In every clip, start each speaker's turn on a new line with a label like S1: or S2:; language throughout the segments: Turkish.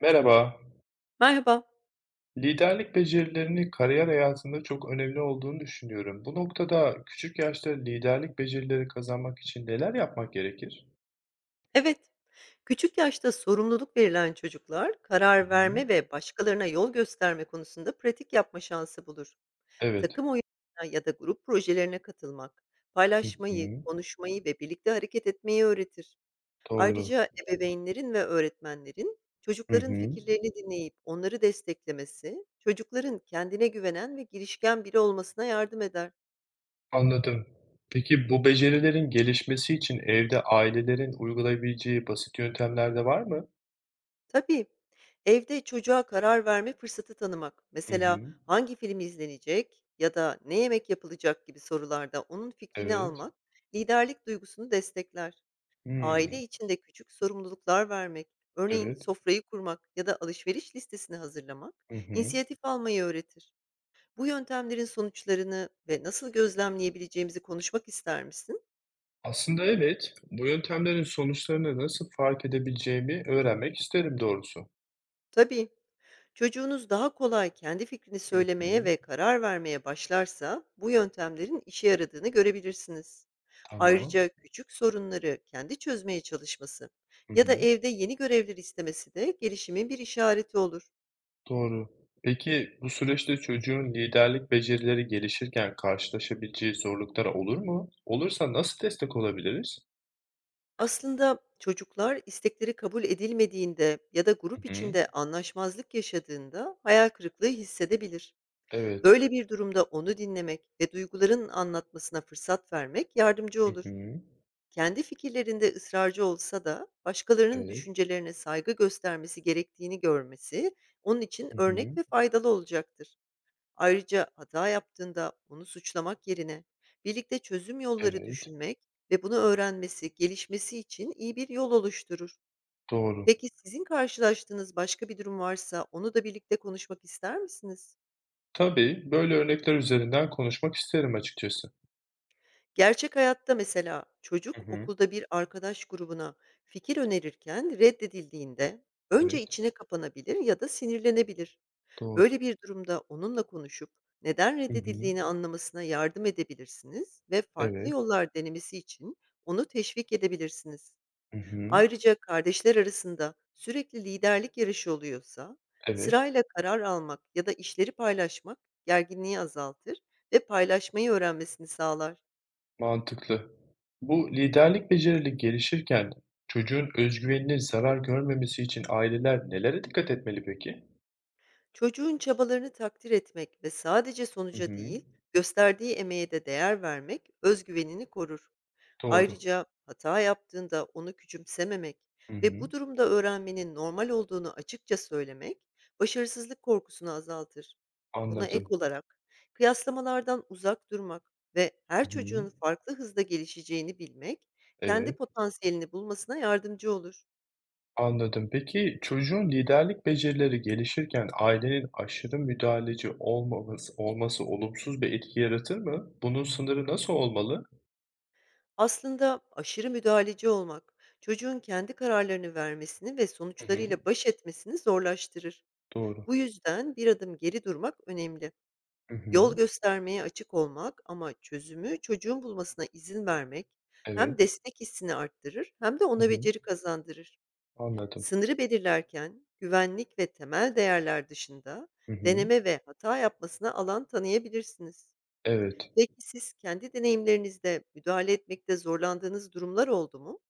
S1: Merhaba.
S2: Merhaba.
S1: Liderlik becerilerini kariyer hayatında çok önemli olduğunu düşünüyorum. Bu noktada küçük yaşta liderlik becerileri kazanmak için neler yapmak gerekir?
S2: Evet, küçük yaşta sorumluluk verilen çocuklar
S1: Hı
S2: karar
S1: hı.
S2: verme ve başkalarına yol gösterme konusunda pratik yapma şansı bulur.
S1: Evet.
S2: Takım oyunlarına ya da grup projelerine katılmak,
S1: Hı
S2: paylaşmayı,
S1: hı.
S2: konuşmayı ve birlikte hareket etmeyi öğretir.
S1: Doğru.
S2: Ayrıca ebeveynlerin ve öğretmenlerin
S1: Hı
S2: çocukların
S1: hı.
S2: fikirlerini dinleyip onları desteklemesi, çocukların kendine güvenen ve girişken biri olmasına yardım eder.
S1: Anladım. Peki bu becerilerin gelişmesi için evde ailelerin uygulayabileceği basit yöntemler de var mı?
S2: Tabii. Evde çocuğa karar verme fırsatı tanımak.
S1: Hı
S2: Mesela
S1: hı.
S2: hangi film izlenecek ya da ne yemek yapılacak gibi sorularda onun fikrini
S1: Evet.
S2: almak liderlik duygusunu destekler.
S1: Hmm.
S2: Aile içinde küçük sorumluluklar vermek, örneğin
S1: Evet.
S2: sofrayı kurmak ya da alışveriş listesini hazırlamak
S1: Hı hı.
S2: inisiyatif almayı öğretir. Bu yöntemlerin sonuçlarını ve nasıl gözlemleyebileceğimizi konuşmak ister misin?
S1: Aslında evet. Bu yöntemlerin sonuçlarını nasıl fark edebileceğimi öğrenmek isterim doğrusu.
S2: Tabii. Çocuğunuz daha kolay kendi fikrini
S1: Hı
S2: söylemeye
S1: hı.
S2: ve karar vermeye başlarsa bu yöntemlerin işe yaradığını görebilirsiniz.
S1: Tamam.
S2: Ayrıca küçük sorunları kendi çözmeye çalışması
S1: Hı
S2: ya da
S1: hı.
S2: evde yeni görevler istemesi de gelişimin bir işareti olur.
S1: Doğru. Peki bu süreçte çocuğun liderlik becerileri gelişirken karşılaşabileceği zorluklar olur mu? Olursa nasıl destek olabiliriz?
S2: Aslında çocuklar istekleri kabul edilmediğinde ya da
S1: Hı
S2: grup
S1: hı.
S2: içinde anlaşmazlık yaşadığında hayal kırıklığı hissedebilir.
S1: Evet.
S2: Böyle bir durumda onu dinlemek ve duyguların anlatmasına fırsat vermek yardımcı
S1: Hı
S2: olur.
S1: hı.
S2: Kendi fikirlerinde ısrarcı olsa da başkalarının
S1: Evet.
S2: düşüncelerine saygı göstermesi gerektiğini görmesi onun için
S1: Hı
S2: örnek
S1: hı.
S2: ve faydalı olacaktır. Ayrıca hata yaptığında onu suçlamak yerine birlikte çözüm yolları
S1: Evet.
S2: düşünmek ve bunu öğrenmesi, gelişmesi için iyi bir yol oluşturur.
S1: Doğru.
S2: Peki sizin karşılaştığınız başka bir durum varsa onu da birlikte konuşmak ister misiniz?
S1: Tabii, böyle örnekler üzerinden konuşmak isterim açıkçası.
S2: Gerçek hayatta mesela
S1: Hı
S2: çocuk
S1: hı.
S2: okulda bir arkadaş grubuna fikir önerirken reddedildiğinde önce
S1: Evet.
S2: içine kapanabilir ya da sinirlenebilir.
S1: Doğru.
S2: Böyle bir durumda onunla konuşup neden
S1: Hı hı.
S2: reddedildiğini anlamasına yardım edebilirsiniz ve farklı
S1: Evet.
S2: yollar denemesi için onu teşvik edebilirsiniz.
S1: Hı hı.
S2: Ayrıca kardeşler arasında sürekli liderlik yarışı oluyorsa
S1: Evet.
S2: sırayla karar almak ya da işleri paylaşmak gerginliği azaltır ve paylaşmayı öğrenmesini sağlar.
S1: Mantıklı. Bu liderlik becerileri gelişirken çocuğun özgüveninin zarar görmemesi için aileler nelere dikkat etmeli peki?
S2: Çocuğun çabalarını takdir etmek ve sadece
S1: Hı
S2: sonuca
S1: hı.
S2: değil, gösterdiği emeğe de değer vermek özgüvenini korur.
S1: Doğru.
S2: Ayrıca hata yaptığında onu küçümsememek
S1: Hı
S2: ve
S1: hı.
S2: bu durumda öğrenmenin normal olduğunu açıkça söylemek başarısızlık korkusunu azaltır. Buna ek
S1: Anladım.
S2: olarak kıyaslamalardan uzak durmak ve her
S1: Hı hı.
S2: çocuğun farklı hızda gelişeceğini bilmek kendi
S1: Evet,
S2: potansiyelini bulmasına yardımcı olur.
S1: anladım. Peki çocuğun liderlik becerileri gelişirken ailenin aşırı müdahaleci olmaması, olması olumsuz bir etki yaratır mı? Bunun sınırı nasıl olmalı?
S2: Aslında aşırı müdahaleci olmak, çocuğun kendi kararlarını vermesini ve
S1: Hı hı.
S2: sonuçlarıyla baş etmesini zorlaştırır.
S1: Doğru.
S2: Bu yüzden bir adım geri durmak önemli.
S1: Hı hı.
S2: Yol göstermeye açık olmak ama çözümü çocuğun bulmasına izin vermek hem
S1: Evet.
S2: destek hissini arttırır hem de
S1: Hı
S2: ona
S1: hı.
S2: beceri kazandırır.
S1: Anladım.
S2: Sınırı belirlerken güvenlik ve temel değerler dışında
S1: Hı hı.
S2: deneme ve hata yapmasına alan tanıyabilirsiniz.
S1: Evet.
S2: Peki siz kendi deneyimlerinizde müdahale etmekte zorlandığınız durumlar oldu mu?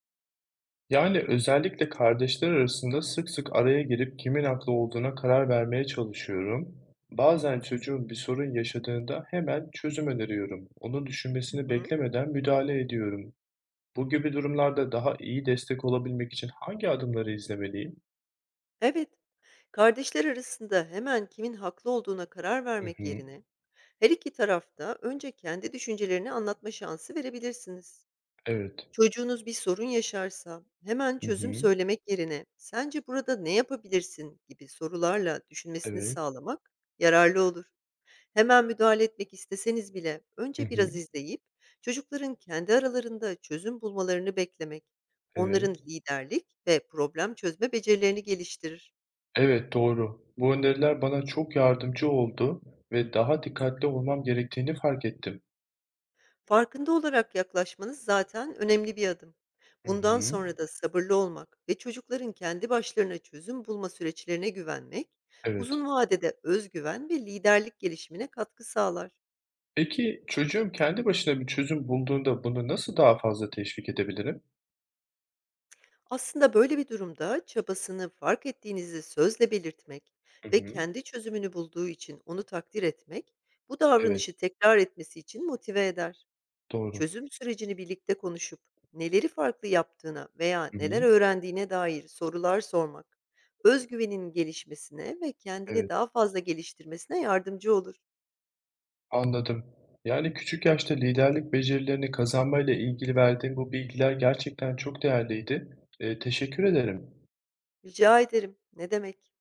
S1: Yani özellikle kardeşler arasında sık sık araya girip kimin haklı olduğuna karar vermeye çalışıyorum. Bazen çocuğum bir sorun yaşadığında hemen çözüm öneriyorum. Onun
S2: Hı
S1: düşünmesini
S2: hı.
S1: beklemeden müdahale ediyorum. Bu gibi durumlarda daha iyi destek olabilmek için hangi adımları izlemeliyim?
S2: Evet, kardeşler arasında hemen kimin haklı olduğuna karar
S1: Hı
S2: vermek
S1: hı.
S2: yerine her iki tarafta önce kendi düşüncelerini anlatma şansı verebilirsiniz.
S1: Evet.
S2: Çocuğunuz bir sorun yaşarsa hemen
S1: Hı
S2: çözüm
S1: hı.
S2: söylemek yerine "Sence burada ne yapabilirsin?" gibi sorularla düşünmesini
S1: Evet.
S2: sağlamak yararlı olur. Hemen müdahale etmek isteseniz bile
S1: Hı
S2: önce
S1: hı.
S2: biraz izleyip çocukların kendi aralarında çözüm bulmalarını beklemek onların
S1: Evet.
S2: liderlik ve problem çözme becerilerini geliştirir.
S1: Evet, doğru. Bu öneriler bana çok yardımcı oldu ve daha dikkatli olmam gerektiğini fark ettim.
S2: Farkında olarak yaklaşmanız zaten önemli bir adım.
S1: Hı
S2: Bundan
S1: hı.
S2: sonra da sabırlı olmak ve çocukların kendi başlarına çözüm bulma süreçlerine güvenmek,
S1: Evet.
S2: uzun vadede özgüven ve liderlik gelişimine katkı sağlar.
S1: Peki, çocuğum kendi başına bir çözüm bulduğunda bunu nasıl daha fazla teşvik edebilirim?
S2: Aslında böyle bir durumda çabasını fark ettiğinizi sözle belirtmek
S1: Hı
S2: ve
S1: hı.
S2: kendi çözümünü bulduğu için onu takdir etmek, bu
S1: Evet,
S2: davranışı tekrar etmesi için motive eder.
S1: doğru.
S2: Çözüm sürecini birlikte konuşup neleri farklı yaptığına veya
S1: Hı
S2: neler
S1: hı.
S2: öğrendiğine dair sorular sormak, özgüvenin gelişmesine ve kendini
S1: Evet,
S2: daha fazla geliştirmesine yardımcı olur.
S1: anladım. Yani küçük yaşta liderlik becerilerini kazanmayla ilgili verdiğin bu bilgiler gerçekten çok değerliydi. Teşekkür ederim.
S2: Rica ederim. Ne demek?